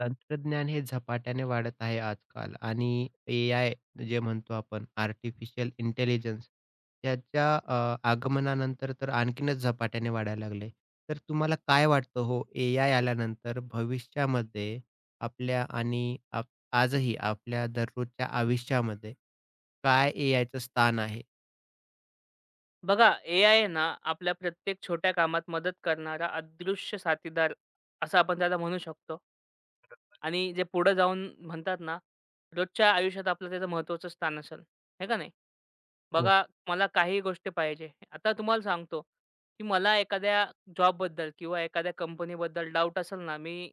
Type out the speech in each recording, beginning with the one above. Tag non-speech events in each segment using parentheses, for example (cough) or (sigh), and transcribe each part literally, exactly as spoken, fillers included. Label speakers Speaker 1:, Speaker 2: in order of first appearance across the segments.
Speaker 1: तंत्रज्ञान हे झपाट्याने वाढत आहे आजकाल आणि एआय जे म्हणतो आपण आर्टिफिशियल इंटेलिजन्स त्याच्या अ, आगमनानंतर तर आणखीनच झपाट्याने वाढायला लागले. तर तुम्हाला काय वाटतं हो एआय आल्यानंतर भविष्यामध्ये आपल्या आणि आप आजही आपल्या दररोजच्या आयुष्यामध्ये काय एआयचं स्थान आहे?
Speaker 2: बघा, एआय आहे ना, आपल्या प्रत्येक छोट्या कामात मदत करणारा अदृश्य साथीदार, असं आपण त्याला म्हणू शकतो. आणि जे पुढे जाऊन म्हणतात ना, रोजच्या आयुष्यात आपलं त्याचं महत्त्वाचं स्थान असेल, आहे का नाही? बघा, मला काही गोष्टी पाहिजे. आता तुम्हाला सांगतो, की मला एखाद्या जॉबबद्दल किंवा एखाद्या कंपनीबद्दल डाऊट असेल ना, मी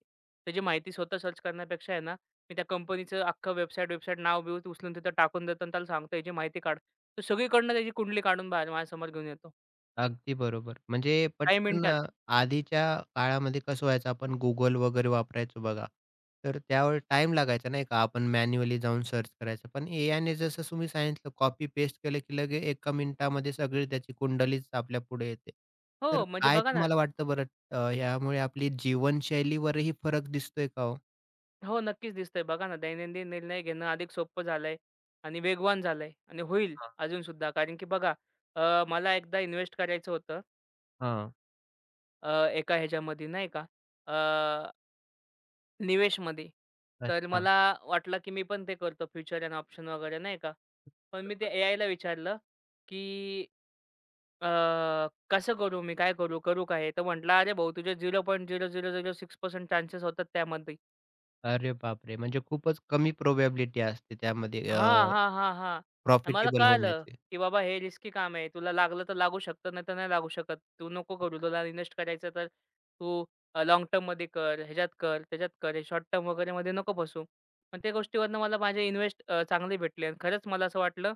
Speaker 2: त्याची माहिती स्वतः सर्च करण्यापेक्षा आहे ना, मी त्या कंपनीचं अख्खं वेबसाईट वेबसाईट नाव-बिव उचलून तिथं टाकून देतो आणि त्याला सांगतो, "याची माहिती काढ." तो सगळीकडनं त्याची कुंडली काढून बाहेर माझ्यासमोर घेऊन येतो.
Speaker 1: अगदी बरोबर. म्हणजे
Speaker 2: काही
Speaker 1: पटकन
Speaker 2: मिनिटात.
Speaker 1: अ, आधीच्या काळामध्ये कसं व्हायचं आपण Google वगैरे वापरायचो बघा. तर त्यावर टाईम लागायचा नाही का? आपण मॅन्युअली जाऊन सर्च करायचं. पण ए आय ने जसं तुम्ही सांगितलं कॉपी पेस्ट केलं की लगे एका मिनिटामध्ये सगळी त्याची कुंडलीच आपल्या पुढे येते. तर
Speaker 2: हो, म्हणजे
Speaker 1: काय
Speaker 2: बघा ना.
Speaker 1: तुम्हाला वाटतं बरं अ, यामुळे आपली जीवनशैलीवरही फरक दिसतोय का हो?
Speaker 2: हो, नक्कीच दिसतंय. बघा ना, दैनंदिन निर्णय घेणं अधिक सोपं झालंय आणि वेगवान झालंय आणि होईल
Speaker 1: हां,
Speaker 2: अजूनसुद्धा. कारण की बघा, अ, मला एकदा इन्व्हेस्ट करायचं होतं
Speaker 1: हां.
Speaker 2: अ, एका ह्याच्यामध्ये नाही का, अ, निवेशमध्ये. तर
Speaker 1: अच्छा.
Speaker 2: मला वाटलं, की मी पण ते करतो फ्युचर अँड ऑप्शन वगैरे नाही का. पण मी ते
Speaker 1: बरोबर.
Speaker 2: एआयला विचारलं, की अ, कसं करू मी? काय करू? करू का तर म्हटला, "अरे भाऊ, तुझे शून्य पूर्णांक शून्य शून्य शून्य सहा टक्के चान्सेस होतात त्यामध्ये."
Speaker 1: अरे बापरे! म्हणजे खूपच कमी प्रोबॅबिलिटी असते त्यामध्ये
Speaker 2: हां, हां, हां, हां. आणि मला
Speaker 1: प्रॉफिटेबल
Speaker 2: कळालं,
Speaker 1: होण्याची.
Speaker 2: की बाबा हे रिस्की काम आहे. तुला लागलं तर लागू शकतं, नाहीतर नाही लागू शकत. तू नको करू. तुला इन्व्हेस्ट करायचं तर तू अ, लाँग टर्ममध्ये कर, ह्याच्यात कर, त्याच्यात कर. हे शॉर्ट टर्म वगैरेमध्ये नको फसू. पण त्या गोष्टीवरनं मला माझे इन्व्हेस्ट चांगले भेटले आणि खरंच मला असं वाटलं,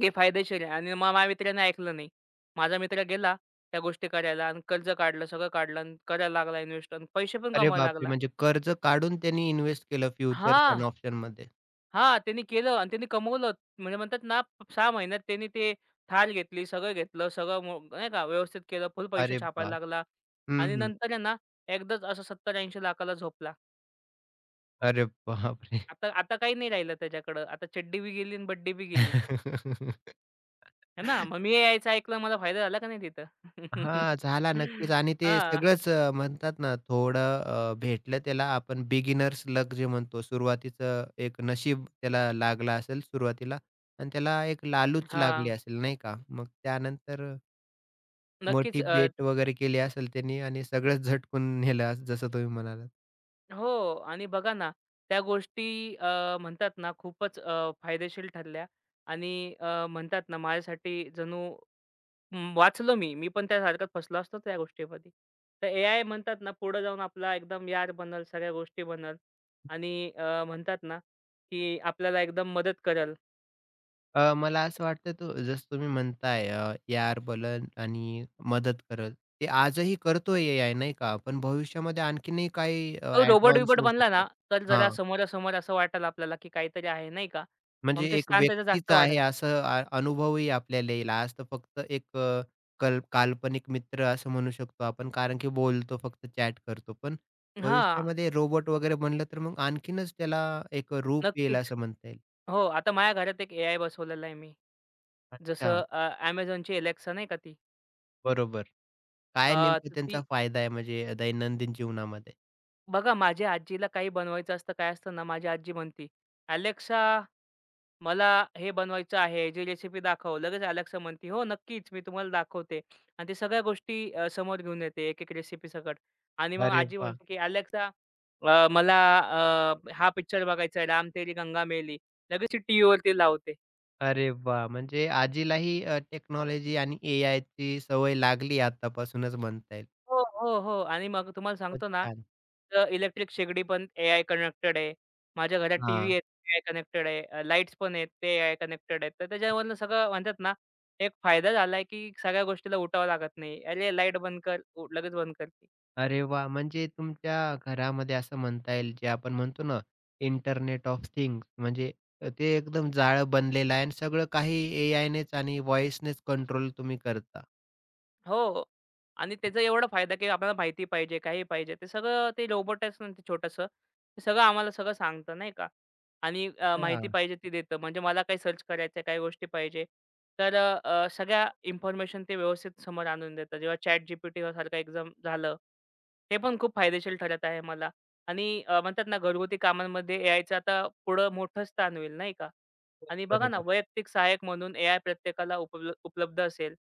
Speaker 2: की फायदेशीर आहे आणि मग माझ्या मित्राने ऐकलं नाही. माझा मित्र गेला त्या गोष्टी करायला आणि कर्ज काढलं, सगळं काढलं आणि करायला लागला इन्व्हेस्ट आणि पैसे पण
Speaker 1: अरे
Speaker 2: कमवायला
Speaker 1: बापरे!
Speaker 2: लागला.
Speaker 1: म्हणजे कर्ज काढून त्यांनी इन्व्हेस्ट केलं फ्युचर्स एंड
Speaker 2: हां.
Speaker 1: ऑप्शनमध्ये.
Speaker 2: हां, त्यांनी केलं आणि त्यांनी कमवलं. म्हणजे म्हणतात ना, सहा महिन्यात त्यांनी ते थार घेतली, सगळं घेतलं, सगळं मो नाही का व्यवस्थित केलं, फुल पैसे
Speaker 1: अरे
Speaker 2: छापायला
Speaker 1: बाप!
Speaker 2: लागला
Speaker 1: हं,
Speaker 2: आणि
Speaker 1: हं.
Speaker 2: नंतर आहे ना, एकदाच असं सत्तर लाख,00,000-ऐंशी लाख,00,000 ला झोपला.
Speaker 1: अरे बापरे!
Speaker 2: आता आता काही नाही राहिलं त्याच्याकडं. आता चड्डी बी गेली आणि बड्डी बी गेली. आहे ना. मग मी यायचं ऐकलं मला फायदा झाला का नाही तिथं?
Speaker 1: हां,
Speaker 2: (laughs)
Speaker 1: झाला नक्कीच आणि ते
Speaker 2: हां,
Speaker 1: सगळंच अ, म्हणतात ना थोडं अ, भेटलं त्याला आपण बिगिनर्स लक जे म्हणतो सुरुवातीचं एक नशीब त्याला लागलं असेल सुरुवातीला आणि त्याला एक लालूच लागली
Speaker 2: हां.
Speaker 1: असेल नाही का? मग त्यानंतर
Speaker 2: नक्कीच.
Speaker 1: मोठी बेट वगैरे केली असेल त्यांनी आणि सगळंच झटकून नेलं जसं तुम्ही म्हणालात.
Speaker 2: हो आणि बघा ना, त्या गोष्टी अ, म्हणतात ना खूपच अ, फायदेशीर ठरल्या आणि अ, म्हणतात ना माझ्यासाठी जणू म, वाचलो मी. मी पण त्यासारखाच फसलो असतो त्या गोष्टीमध्ये. तर एआय म्हणतात ना पुढे जाऊन आपला एकदम यार बनल, सगळ्या गोष्टी बनल आणि अ, म्हणतात ना, की आपल्याला एकदम मदत करेल.
Speaker 1: अ, मला असं वाटतं तो जसं तुम्ही म्हणताय अ, यार आर बनलं आणि मदत करेल. ते आजही करतोय ए-आय नाही का? पण भविष्यामध्ये आणखीनही काही अ,
Speaker 2: तो
Speaker 1: ॲडव्हान्स
Speaker 2: रोबोट-बिबोट
Speaker 1: होऊ
Speaker 2: बनला ना,
Speaker 1: शकतं.
Speaker 2: तर जरा
Speaker 1: हां,
Speaker 2: समोरासमोर असं वाटेल आपल्याला, की काहीतरी आहे नाही का?
Speaker 1: म्हणजे
Speaker 2: मग ते
Speaker 1: एक
Speaker 2: स्थान त्याचं
Speaker 1: व्यक्तीच
Speaker 2: जास्त
Speaker 1: आहे
Speaker 2: वाढेल.
Speaker 1: असं अ, अनुभवही आपल्याला येईल. आज तर फक्त एक अ, कल काल्पनिक मित्र असं म्हणू शकतो आपण कारण की बोलतो फक्त चॅट करतो. पण
Speaker 2: हां,
Speaker 1: भविष्यामध्ये रोबोट वगैरे बनलं तर मग आणखीनच त्याला एक रूप येईल
Speaker 2: नक्कीच.
Speaker 1: असं म्हणता येईल.
Speaker 2: हो, आता माझ्या घरात एक एआय बसवलेला आहे मी.
Speaker 1: अच्छा,
Speaker 2: जसं अ, Amazonची Alexa नाही का ती.
Speaker 1: बरोबर. काय
Speaker 2: अ,
Speaker 1: नेमकं
Speaker 2: तर
Speaker 1: त्यांचा
Speaker 2: ती
Speaker 1: फायदा आहे म्हणजे दैनंदिन जीवनामध्ये?
Speaker 2: बघा माझ्या आजीला काही बनवायचं असतं, काय असतं ना, माझी आजी म्हणती, "अलेक्सा, मला हे बनवायचं आहे, जी रेसिपी दाखव." लगेच Alexa म्हणती, "हो, नक्कीच, मी तुम्हाला दाखवते." आणि ते सगळ्या गोष्टी अ, समोर घेऊन येते, एक-एक रेसिपी सकट. आणि मग
Speaker 1: अरे
Speaker 2: आजी
Speaker 1: वाह!
Speaker 2: म्हणते, की "अलेक्सा, अ, मला अ, हा पिक्चर बघायचा आहे, राम तेरी गंगा मेली." लगेच टीव्हीवरती लावते.
Speaker 1: अरे वाह! म्हणजे आजीलाही अ, टेक्नॉलॉजी आणि एआयची सवय लागली आत्तापासूनच म्हणता येईल.
Speaker 2: हो, हो, हो. आणि मग तुम्हाला
Speaker 1: खूपच
Speaker 2: सांगतो ना,
Speaker 1: छान.
Speaker 2: इलेक्ट्रिक शेगडी पण एआय कनेक्टेड आहे. माझ्या घरात टीव्ही
Speaker 1: हां.
Speaker 2: आहे, एआय कनेक्टेड आहे. अ, लाईट्स पण आहेत, ते एआय कनेक्टेड आहेत. तर त्याच्यावरनं सगळं म्हणतात ना, एक फायदा झालाय, की सगळ्या गोष्टीला उठावं लागत नाही. "अरे, लाईट बंद कर," उ- लगेच बंद करते.
Speaker 1: अरे वाह! म्हणजे तुमच्या घरामध्ये असं म्हणता येईल, जे आपण म्हणतो ना, इंटरनेट ऑफ थिंग्स म्हणजे ते एकदम जाळं बनलेलं आहे आणि सगळं काही एआयनेच आणि व्हॉईसनेच कंट्रोल तुम्ही करता.
Speaker 2: हो. आणि त्याचा एवढा फायदा की आपल्याला माहिती पाहिजे, काही पाहिजे. ते सगळं ते रोबोटच ना ते छोटंसं. ते सगळं आम्हाला सगळं सांगतं नाही का. आणि अ, माहिती
Speaker 1: हां.
Speaker 2: पाहिजे ती देतं. म्हणजे मला काही सर्च करायचं आहे, काही गोष्टी पाहिजे. तर अ, अ, सगळ्या इन्फॉर्मेशन ते व्यवस्थित समोर आणून देतं. जेव्हा ChatGPT सारखं एक्झाम झालं. ते पण खूप फायदेशीर ठरत आहे मला. आणि अ, म्हणतात ना घरगुती कामांमध्ये एआयचं आता पुढं मोठं स्थान होईल नाही का.
Speaker 1: हो,
Speaker 2: आणि बघा ना
Speaker 1: बरोबर,
Speaker 2: वैयक्तिक सहाय्यक म्हणून एआय प्रत्येकाला उपल उपलब्ध असेल.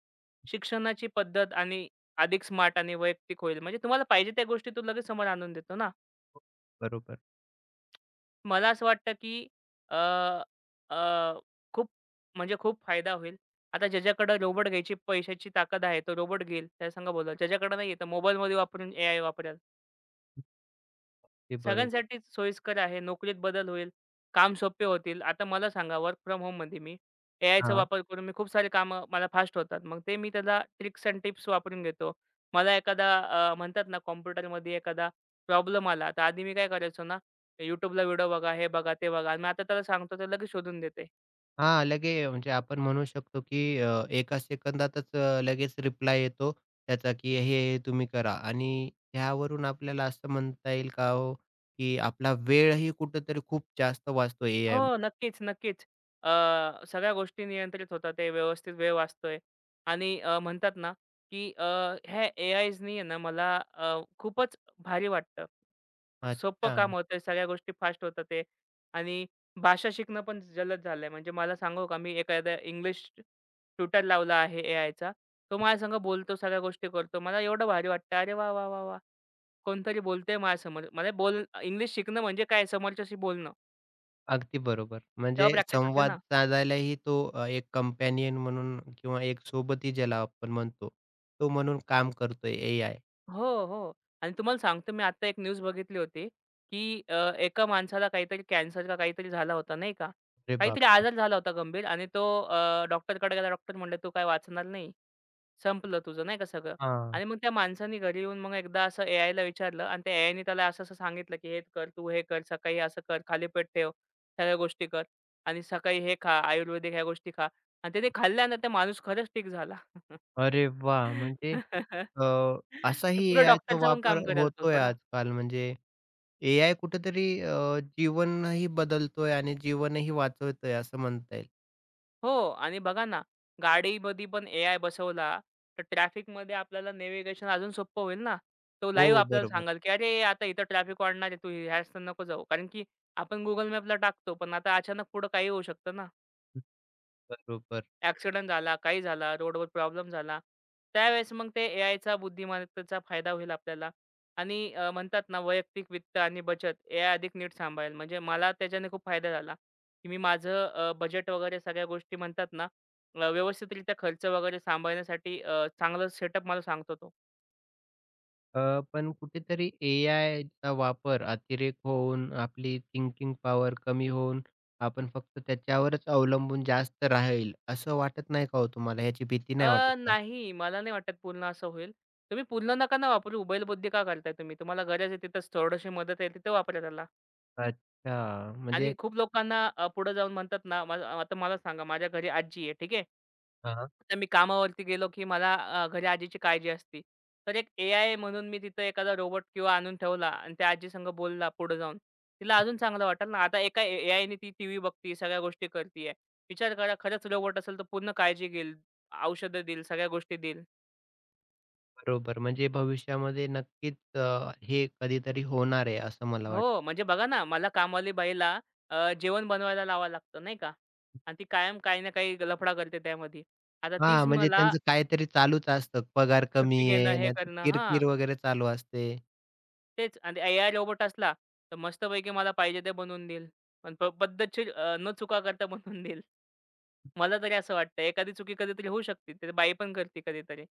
Speaker 2: शिक्षणाची पद्धत आणि अधिक स्मार्ट आणि वैयक्तिक होईल. म्हणजे तुम्हाला पाहिजे त्या गोष्टी तो लगेच समोर आणून देतो ना.
Speaker 1: बरोबर.
Speaker 2: मला असं वाटतं, की अ, अ, खूप म्हणजे खूप फायदा होईल. आता ज्याच्याकडे रोबोट घ्यायची पैशाची ताकद आहे, तो रोबोट घेईल. त्याला सांगा बोला. ज्याच्याकडे नाहीये, तर मोबाईलमध्ये वापरून एआय वापरेल.
Speaker 1: ते बरोबर.
Speaker 2: सगळ्यांसाठीच सोयीस्कर आहे. नोकरीत बदल होईल, काम सोपे होतील. आता मला सांगा वर्क फ्रॉम होममध्ये मी एआयचा
Speaker 1: हां.
Speaker 2: वापर करून मी खूप सारे कामं मला फास्ट होतात. मग ते मी त्याला ट्रिक्स अँड टिप्स वापरून घेतो. मला एखादा अ, म्हणतात ना कॉम्प्युटरमध्ये एखादा प्रॉब्लेम आला, तर आधी मी काय करायचो ना, YouTubeला व्हिडिओ बघा, हे बघा, ते बघा. आणि मी आता त्याला सांगतो, ते लगेच शोधून देते.
Speaker 1: हां, लगे म्हणजे आपण म्हणू शकतो, की अ, एका सेकंदातच अ, लगेच रिप्लाय येतो त्याचा, की हे-हे तुम्ही करा आणि त्यावरून आपल्याला असं म्हणता येईल का हो, की आपला वेळही कुठेतरी खूप जास्त वाचतो
Speaker 2: हो,
Speaker 1: एआयमुळे.
Speaker 2: नक्कीच, नक्कीच. अ, सगळ्या गोष्टी नियंत्रित होतात. ते व्यवस्थित वेळ वाचतोय आणि अ, म्हणतात ना, की अ, ह्या एआयजनी आहे ना मला अ, खूपच भारी वाटतं. सोपं
Speaker 1: अच्छा.
Speaker 2: काम होतंय, सगळ्या गोष्टी फास्ट होतात आहे आणि भाषा शिकणं पण जलद झालंय. म्हणजे मला सांगू का, मी एखादा इंग्लिश ट्युटर लावला आहे एआयचा. तो माझ्यासंग बोलतो, सगळ्या गोष्टी करतो. मला एवढं भारी वाटतं, "अरे वाह, वाह, वाह, वाह! कोणतरी बोलतंय माझ्यासमोर." मला बोल इंग्लिश शिकणं म्हणजे काय समोरच्याशी बोलणं.
Speaker 1: अगदी बरोबर.
Speaker 2: तेव्हा
Speaker 1: म्हणजे
Speaker 2: प्रॅक्टिस होते
Speaker 1: संवाद
Speaker 2: ना.
Speaker 1: साधायलाही तो अ, एक कंपॅनियन म्हणून किंवा एक सोबती ज्याला आपण म्हणतो, तो म्हणून काम करतोय एआय.
Speaker 2: हो, हो. आणि तुम्हाला सांगतो मी आत्ता एक न्यूज बघितली होती, की अ, एका माणसाला काहीतरी कॅन्सर का काहीतरी झाला होता नाही का?
Speaker 1: अरे
Speaker 2: काहीतरी
Speaker 1: बापरे!
Speaker 2: आजार झाला होता गंभीर आणि तो अ, डॉक्टरकडे गेला. डॉक्टर म्हणले, "तू काय वाचणार नाही." संपलं तुझं नाही का सगळं.
Speaker 1: हां.
Speaker 2: आणि मग त्या माणसाने घरी येऊन मग एकदा असं एआयला विचारलं आणि त्या एआयने त्याला असं-असं सांगितलं, की "हे कर, तू हे कर, सकाळी असं कर, खाली पेट ठेव, सगळ्या गोष्टी कर आणि सकाळी हे खा, आयुर्वेदिक ह्या गोष्टी खा." आणि त्याने खाल्ल्या ना त्या माणूस खरंच ठीक झाला.
Speaker 1: अरे वाह! म्हणजे
Speaker 2: (laughs)
Speaker 1: अ,
Speaker 2: तर
Speaker 1: असाही
Speaker 2: पुढे
Speaker 1: एआयचा
Speaker 2: डॉक्टरचं पण
Speaker 1: वापर
Speaker 2: काम करेल तो
Speaker 1: होतोय
Speaker 2: थोडा.
Speaker 1: आजकाल म्हणजे एआय कुठेतरी अ, जीवनही बदलतोय आणि जीवनही वाचवतोय असं म्हणता येईल.
Speaker 2: हो आणि बघा ना, गाडीमध्ये पण एआय बसवला, तर ट्रॅफिकमध्ये आपल्याला नेव्हिगेशन अजून सोपं होईल ना. तो
Speaker 1: हो,
Speaker 2: लाईव्ह आपल्याला
Speaker 1: बरोबर.
Speaker 2: सांगाल, की "अरे, आता इथं ट्रॅफिक वाढणार आहे, तू ह्या रस्त्याने नको जाऊ." कारण की आपण Google मॅपला टाकतो, पण आता अचानक पुढं काही होऊ शकतं ना.
Speaker 1: बरोबर.
Speaker 2: ॲक्सिडेंट झाला, काही झाला, रोडवर प्रॉब्लेम झाला. त्यावेळेस मग ते एआयचा बुद्धिमत्तेचा फायदा होईल आपल्याला आणि अ, म्हणतात ना वैयक्तिक वित्त आणि बचत एआय अधिक नीट सांभाळेल. म्हणजे मला त्याच्याने खूप फायदा झाला, की मी माझं अ, बजेट वगैरे सगळ्या गोष्टी म्हणतात ना अ, व्यवस्थितरित्या खर्च वगैरे सांभाळण्यासाठी अ, चांगलं सेटअप मला सांगतो तो.
Speaker 1: अ, पण कुठेतरी एआयचा वापर अतिरेक होऊन आपली थिंकिंग पॉवर कमी होऊन आपण फक्त त्याच्यावरच अवलंबून जास्त राहील असं वाटत नाही का हो तुम्हाला? याची भीती नाही वाटत
Speaker 2: अ,
Speaker 1: का?
Speaker 2: नाही मला नाही वाटत पूर्ण असं होईल. तुम्ही पूर्ण नका ना वापरू. बैलबुद्धी का करताय तुम्ही? तुम्हाला गरज आहे तिथंच थोडीशी मदत आहे तिथं वापरा त्याला.
Speaker 1: अच्छा.
Speaker 2: आणि
Speaker 1: म्हणजे
Speaker 2: खूप लोकांना अ, पुढे जाऊन म्हणतात ना, मला आता मला सांगा माझ्या घरी आजी आहे, ठीक आहे. तर मी कामावरती गेलो, की मला अ, घरी आजीची काळजी असते. तर एक ए-आय म्हणून मी तिथं एखादा रोबोट किंवा आणून ठेवला आणि त्या आजीसंग बोलला पुढे जाऊन. तिला अजून चांगलं वाटेल ना. आता एका ए-आयने ती टीव्ही बघते, सगळ्या गोष्टी करतीये. विचार करा खरंच रोबोट असेल तर पूर्ण काळजी घेईल, औषधं देईल, सगळ्या गोष्टी देईल.
Speaker 1: बरोबर. म्हणजे भविष्यामध्ये नक्कीच अ, हे कधीतरी होणार आहे असं मला वाटतं.
Speaker 2: हो, म्हणजे बघा ना, मला कामवाली बाईला अ, जेवण बनवायला लावावं लागतं, नाही का? आणि ती कायम काही ना काही लफडा करते त्यामध्ये. आता तीच
Speaker 1: हां, म्हणजे
Speaker 2: मला
Speaker 1: त्यांचं काहीतरी चालूच असतं. पगार कमी
Speaker 2: सुट्टी घेणं,
Speaker 1: आहे,
Speaker 2: हे
Speaker 1: नाहीतर
Speaker 2: करणं हां,
Speaker 1: किरकिर वगैरे चालू असते.
Speaker 2: तेच आणि एआय रोबोट असला, तर मस्तपैकी मला पाहिजे ते बनवून देईल. पण प पद्धतशीर अ, न चुका करता बनवून देईल. मला तरी असं वाटतं एखादी चुकी कधीतरी होऊ शकते. ते बाई पण करते कधीतरी.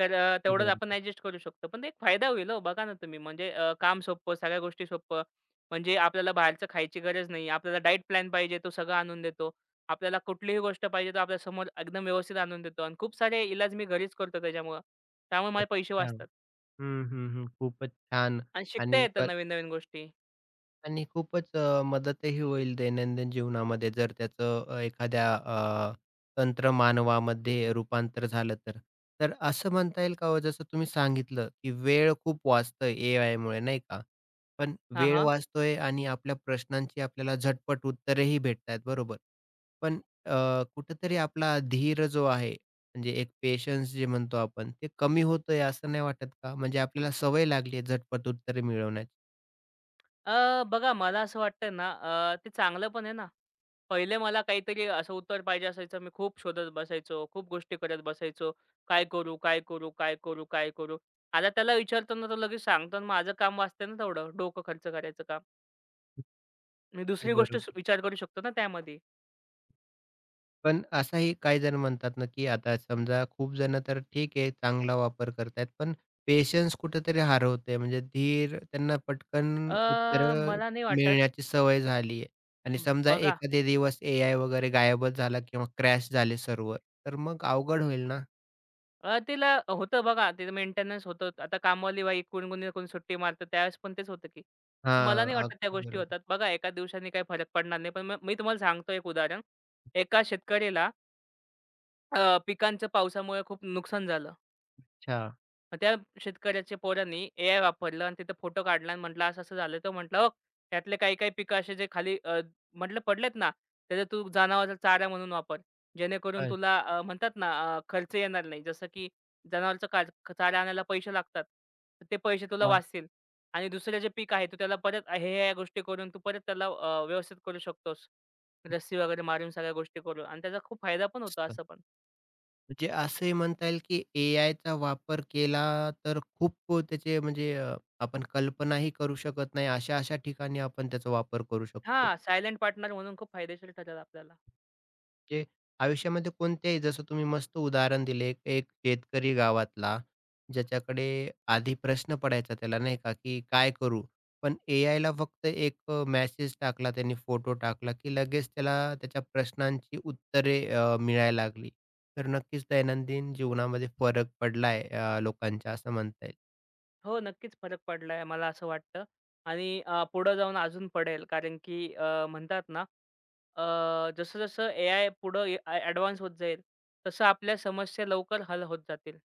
Speaker 2: तर अ,
Speaker 1: अगदी
Speaker 2: तेवढंच आपण
Speaker 1: बरोबर.
Speaker 2: ॲडजस्ट करू शकतो. पण ते एक फायदा होईल हो. बघा ना तुम्ही म्हणजे अ, काम सोपं, सगळ्या गोष्टी सोपं. म्हणजे आपल्याला बाहेरचं खायची गरज नाही. आपल्याला डाएट प्लॅन पाहिजे तो सगळा आणून देतो. आपल्याला कुठलीही गोष्ट पाहिजे तो आपल्या समोर एकदम व्यवस्थित आणून देतो आणि खूप सारे इलाज मी घरीच करतो त्याच्यामुळं. त्यामुळे माझे पैसे
Speaker 1: अच्छा.
Speaker 2: वाचतात
Speaker 1: हं, हं, हं. खूपच छान.
Speaker 2: आणि शिकता
Speaker 1: आणि
Speaker 2: येतं
Speaker 1: क
Speaker 2: नवीन-नवीन गोष्टी.
Speaker 1: आणि खूपच अ, मदतही होईल दैनंदिन जीवनामध्ये जर त्याचं अ, एखाद्या अ, तंत्रमानवामध्ये रूपांतर झालं तर. तर असं म्हणता येईल का हो जसं तुम्ही सांगितलं, की वेळ खूप वाचतोय एआयमुळे नाही का? पण
Speaker 2: हां,
Speaker 1: वेळ
Speaker 2: हां.
Speaker 1: वाचतोय आणि आपल्या प्रश्नांची आपल्याला झटपट उत्तरेही भेटतायत बरोबर. पण अ, कुठेतरी आपला धीर जो आहे म्हणजे एक पेशन्स जे म्हणतो आपण ते कमी होतंय असं नाही वाटत का? म्हणजे आपल्याला सवय लागली आहे झटपट उत्तरे मिळवण्याची.
Speaker 2: अ, बघा मला असं वाटतं ना अ, ते चांगलं पण आहे ना. पहिले मला काहीतरी असं उत्तर पाहिजे असायचं. मी खूप शोधत बसायचो. खूप गोष्टी करत बसायचो. काय करू? काय करू? काय करू? काय करू? आता त्याला विचारतो ना, तो लगेच सांगतो आणि माझं काम वाचतंय ना तेवढं डोकं खर्च करायचं काम. मी
Speaker 1: अगदी
Speaker 2: दुसरी गोष्ट सु-
Speaker 1: बरोबर.
Speaker 2: विचार करू शकतो ना त्यामध्ये.
Speaker 1: पण असंही काही जण म्हणतात ना, की आता समजा खूप जण तर ठीक आहे, चांगला वापर करतायत, पण पेशन्स कुठेतरी हरवतोय. म्हणजे धीर त्यांना पटकन उत्तर
Speaker 2: अ, मला नाही वाटत.
Speaker 1: मिळण्याची सवय झाली आहे. आणि समजा
Speaker 2: बघा,
Speaker 1: एखादे दिवस एआय वगैरे गायबच झाला किंवा क्रॅश झाले सर्व्हर, तर मग अवघड होईल ना?
Speaker 2: अ, तिला होतं बघा, तिचं मेंटेनन्स होतं. आता कामवाली बाई कोणी कोणी ना कोणी सुट्टी मारतं, त्यावेळेस पण तेच होतं की. मला
Speaker 1: हां,
Speaker 2: नाही वाटत त्या
Speaker 1: अगदी
Speaker 2: गोष्टी
Speaker 1: बरोबर.
Speaker 2: होतात. बघा एका दिवसाने काही फरक पडणार नाही. पण मग मी तुम्हाला सांगतो एक उदाहरण. एका शेतकऱ्याला अ, पिकांचं पावसामुळे खूप नुकसान झालं.
Speaker 1: अच्छा.
Speaker 2: मग त्या शेतकऱ्याच्या पोरांनी एआय वापरलं आणि तिथं फोटो काढला आणि म्हटलं, "असं-असं झालं." तर म्हटलं, "बघ, त्यातले काही-काही पिकं असे जे खाली अ, म्हटलं पडलेत ना, त्याचा तू जनावराचा चारा म्हणून वापर. जेणेकरून
Speaker 1: अच्छा,
Speaker 2: तुला अ, म्हणतात ना अ, खर्च येणार नाही. जसं की जनावरचा कार चारा आणायला पैसे लागतात. तर ते पैसे तुला
Speaker 1: वाह!
Speaker 2: वाचतील आणि दुसरं जे पीक आहे, तू त्याला परत ह्या-ह्या गोष्टी करून तू परत त्याला अ, व्यवस्थित करू शकतोस. रस्सी वगैरे मारून सगळ्या गोष्टी करून." आणि त्याचा खूप फायदा पण होतो असं पण.
Speaker 1: म्हणजे असंही म्हणता येईल, की एआयचा वापर केला तर खूप त्याचे म्हणजे अ, आपण कल्पनाही करू शकत नाही, अशा-अशा ठिकाणी आपण त्याचा वापर करू शकतो.
Speaker 2: हां, सायलेंट पार्टनर म्हणून खूप फायदेशीर ठरेल आपल्याला.
Speaker 1: म्हणजे आयुष्यामध्ये कोणत्याही जसं तुम्ही मस्त उदाहरण दिले, एक एक शेतकरी गावातला, ज्याच्याकडे आधी प्रश्न पडायचा त्याला नाही का, की काय करू? पण एआयला फक्त एक अ, मेसेज टाकला त्यांनी, फोटो टाकला, की लगेच त्याला त्याच्या प्रश्नांची उत्तरे अ, मिळायला लागली. तर नक्कीच दैनंदिन जीवनामध्ये फरक पडलाय अ, लोकांच्या असं म्हणता येईल.
Speaker 2: हो, नक्कीच फरक पडलाय मला असं वाटतं आणि अ, पुढं जाऊन अजून पडेल कारण की अ, म्हणतात ना अ, जसं-जसं ए-आय पुढं ए आय पुढं ॲडव्हान्स होत जाईल, तसं आपल्या समस्या लवकर हल होत जातील.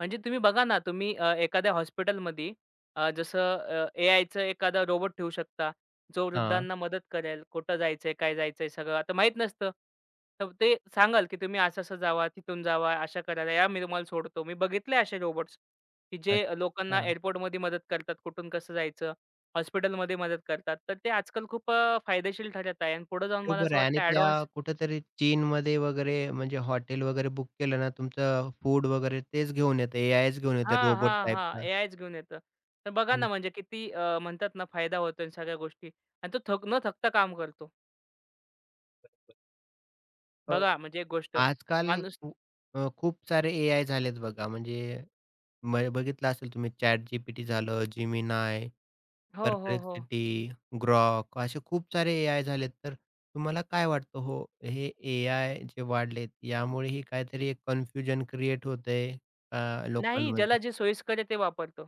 Speaker 2: म्हणजे तुम्ही बघा ना, तुम्ही अ, एखाद्या हॉस्पिटलमध्ये अ, जसं अ, एआयचं एखादा रोबोट ठेवू शकता, जो
Speaker 1: हां,
Speaker 2: वृद्धांना मदत करेल. कुठं जायचंय, काय जायचंय सगळं आता माहीत नसतं. तर ते सांगाल, की तुम्ही असं-असं जावा, तिथून जावा, अशा करायला या, मी तुम्हाला सोडतो. मी बघितले असे रोबोट्स, की जे लोकांना
Speaker 1: अच्छा.
Speaker 2: एअरपोर्टमध्ये मदत करतात, कुठून कसं जायचं, हॉस्पिटलमध्ये मदत करतात. तर ते आजकाल खूप अ, फायदेशीर ठरत आहे आणि पुढे जाऊन मला
Speaker 1: बरोबर
Speaker 2: असं
Speaker 1: आहे आणि
Speaker 2: वाटतं
Speaker 1: त्या
Speaker 2: ॲडव्हान्स.
Speaker 1: कुठेतरी चीनमध्ये वगैरे म्हणजे हॉटेल वगैरे बुक केलं ना, तुमचं फूड वगैरे तेच घेऊन येतं, एआयच घेऊन येतं
Speaker 2: हां,
Speaker 1: रोबोट
Speaker 2: हां, हां.
Speaker 1: टाइपचा.
Speaker 2: एआयच घेऊन येतं. तर बघा
Speaker 1: हं.
Speaker 2: ना, म्हणजे किती अ, म्हणतात ना, फायदा होतो आणि सगळ्या गोष्टी आणि तो थक न थकता काम करतो.
Speaker 1: अ,
Speaker 2: बघा, म्हणजे एक गोष्ट
Speaker 1: आजकाल
Speaker 2: माणूस.
Speaker 1: खू अ, खूप सारे एआय झालेत बघा. म्हणजे म बघितलं असेल तुम्ही ChatGPT झालं, Gemini,
Speaker 2: हो, हो, हो.
Speaker 1: Perplexity, Grok असे खूप सारे एआय झालेत. तर तुम्हाला काय वाटतं हो, हे एआय जे वाढलेत यामुळेही काहीतरी एक कन्फ्युजन क्रिएट होतंय अ,
Speaker 2: नाही, ज्याला
Speaker 1: लोकांमध्ये?
Speaker 2: जे सोयीस्कर आहे ते वापरतो.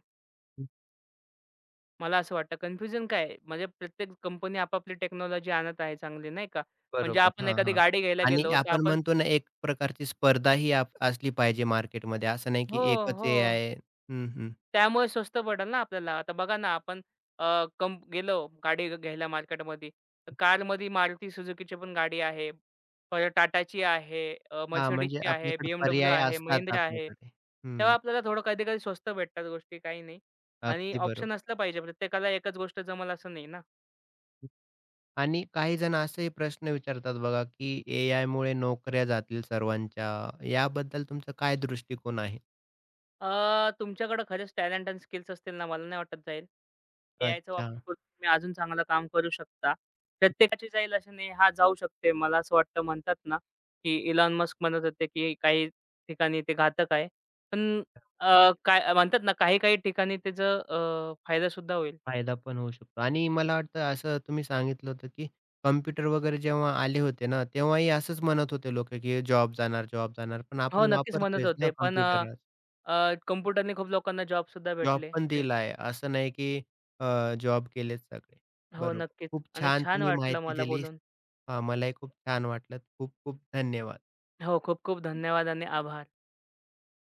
Speaker 2: मला असं वाटतं. कन्फ्युजन काय आहे? म्हणजे प्रत्येक कंपनी आपापली टेक्नॉलॉजी आणत आहे चांगली, नाही का? म्हणजे
Speaker 1: बरोबर.
Speaker 2: आपण
Speaker 1: हां,
Speaker 2: एखादी
Speaker 1: हां.
Speaker 2: गाडी घ्यायला
Speaker 1: आणि
Speaker 2: गेलो, तर
Speaker 1: आपण
Speaker 2: आपण,
Speaker 1: म्हणतो ना, एक प्रकारची स्पर्धा ही आप असली पाहिजे मार्केटमध्ये. असं नाही की
Speaker 2: हो,
Speaker 1: एकच
Speaker 2: हो.
Speaker 1: एआय हं, हं.
Speaker 2: त्यामुळे स्वस्त पडेल ना आपल्याला. आता बघा ना आपण अ, कंप गेलो गाडी घ- घ्यायला मार्केटमध्ये. कारमध्ये Maruti Suzukiची पण गाडी आहे. परत टाटाची आहे, अ,
Speaker 1: हां, म्हणजे
Speaker 2: Mercedesची आहे,
Speaker 1: आपल्याकडे
Speaker 2: बी एम डब्ल्यू
Speaker 1: पर्याय
Speaker 2: आहे,
Speaker 1: असतात
Speaker 2: Mahindra आहे.
Speaker 1: आपल्याकडे. हं,
Speaker 2: तेव्हा आपल्याला थोडं कधी-कधी स्वस्त भेटतात गोष्टी, काही नाही. आणि
Speaker 1: अगदी
Speaker 2: ऑप्शन
Speaker 1: बरोबर.
Speaker 2: असलं पाहिजे. प्रत्येकाला एकच गोष्ट जमेल असं नाही ना.
Speaker 1: आणि काही जण असेही प्रश्न विचारतात बघा, की एआयमुळे नोकऱ्या जातील सर्वांच्या. याबद्दल तुमचं काय दृष्टिकोन आहे?
Speaker 2: अ, तुमच्याकडे खरंच टॅलेंट आणि स्किल्स असतील ना, मला नाही वाटत जाईल. एआयचा वापर
Speaker 1: अच्छा.
Speaker 2: करून तुम्ही अजून चांगलं काम करू शकता. प्रत्येकाची जाईल अशी नाही, हा जाऊ शकते. मला असं वाटतं म्हणतात ना, की इलॉन मस्क म्हणत होते, की काही ठिकाणी ते घातक आहे. पण अ, काय म्हणतात ना, काही-काही ठिकाणी त्याचं अ, फायदासुद्धा होईल.
Speaker 1: फायदा पण होऊ शकतो आणि मला वाटतं असं तुम्ही सांगितलं होतं, की कॉम्प्युटर वगैरे जेव्हा आले होते ना, तेव्हाही असंच म्हणत होते लोकं, की जॉब जाणार, जॉब जाणार. पण
Speaker 2: हो,
Speaker 1: आपण
Speaker 2: नक्कीच म्हणत
Speaker 1: वापरतोयच ना
Speaker 2: होते. पण अ,
Speaker 1: कॉम्प्युटर आज.
Speaker 2: अ, कॉम्प्युटरने खूप लोकांना जॉबसुद्धा
Speaker 1: जॉब
Speaker 2: भेटले.
Speaker 1: पण
Speaker 2: ते-
Speaker 1: दिला आहे. असं नाही, की जॉब केलेत सगळे.
Speaker 2: हो,
Speaker 1: बरोबर.
Speaker 2: नक्कीच
Speaker 1: खूप
Speaker 2: आणि
Speaker 1: छान
Speaker 2: छान
Speaker 1: तुम्ही
Speaker 2: वाटलं
Speaker 1: माहिती
Speaker 2: मला
Speaker 1: दिली.
Speaker 2: बोलून.
Speaker 1: हां, मलाही खूप छान वाटलं. खूप खूप धन्यवाद.
Speaker 2: हो, खूप-खूप धन्यवाद आणि आभार.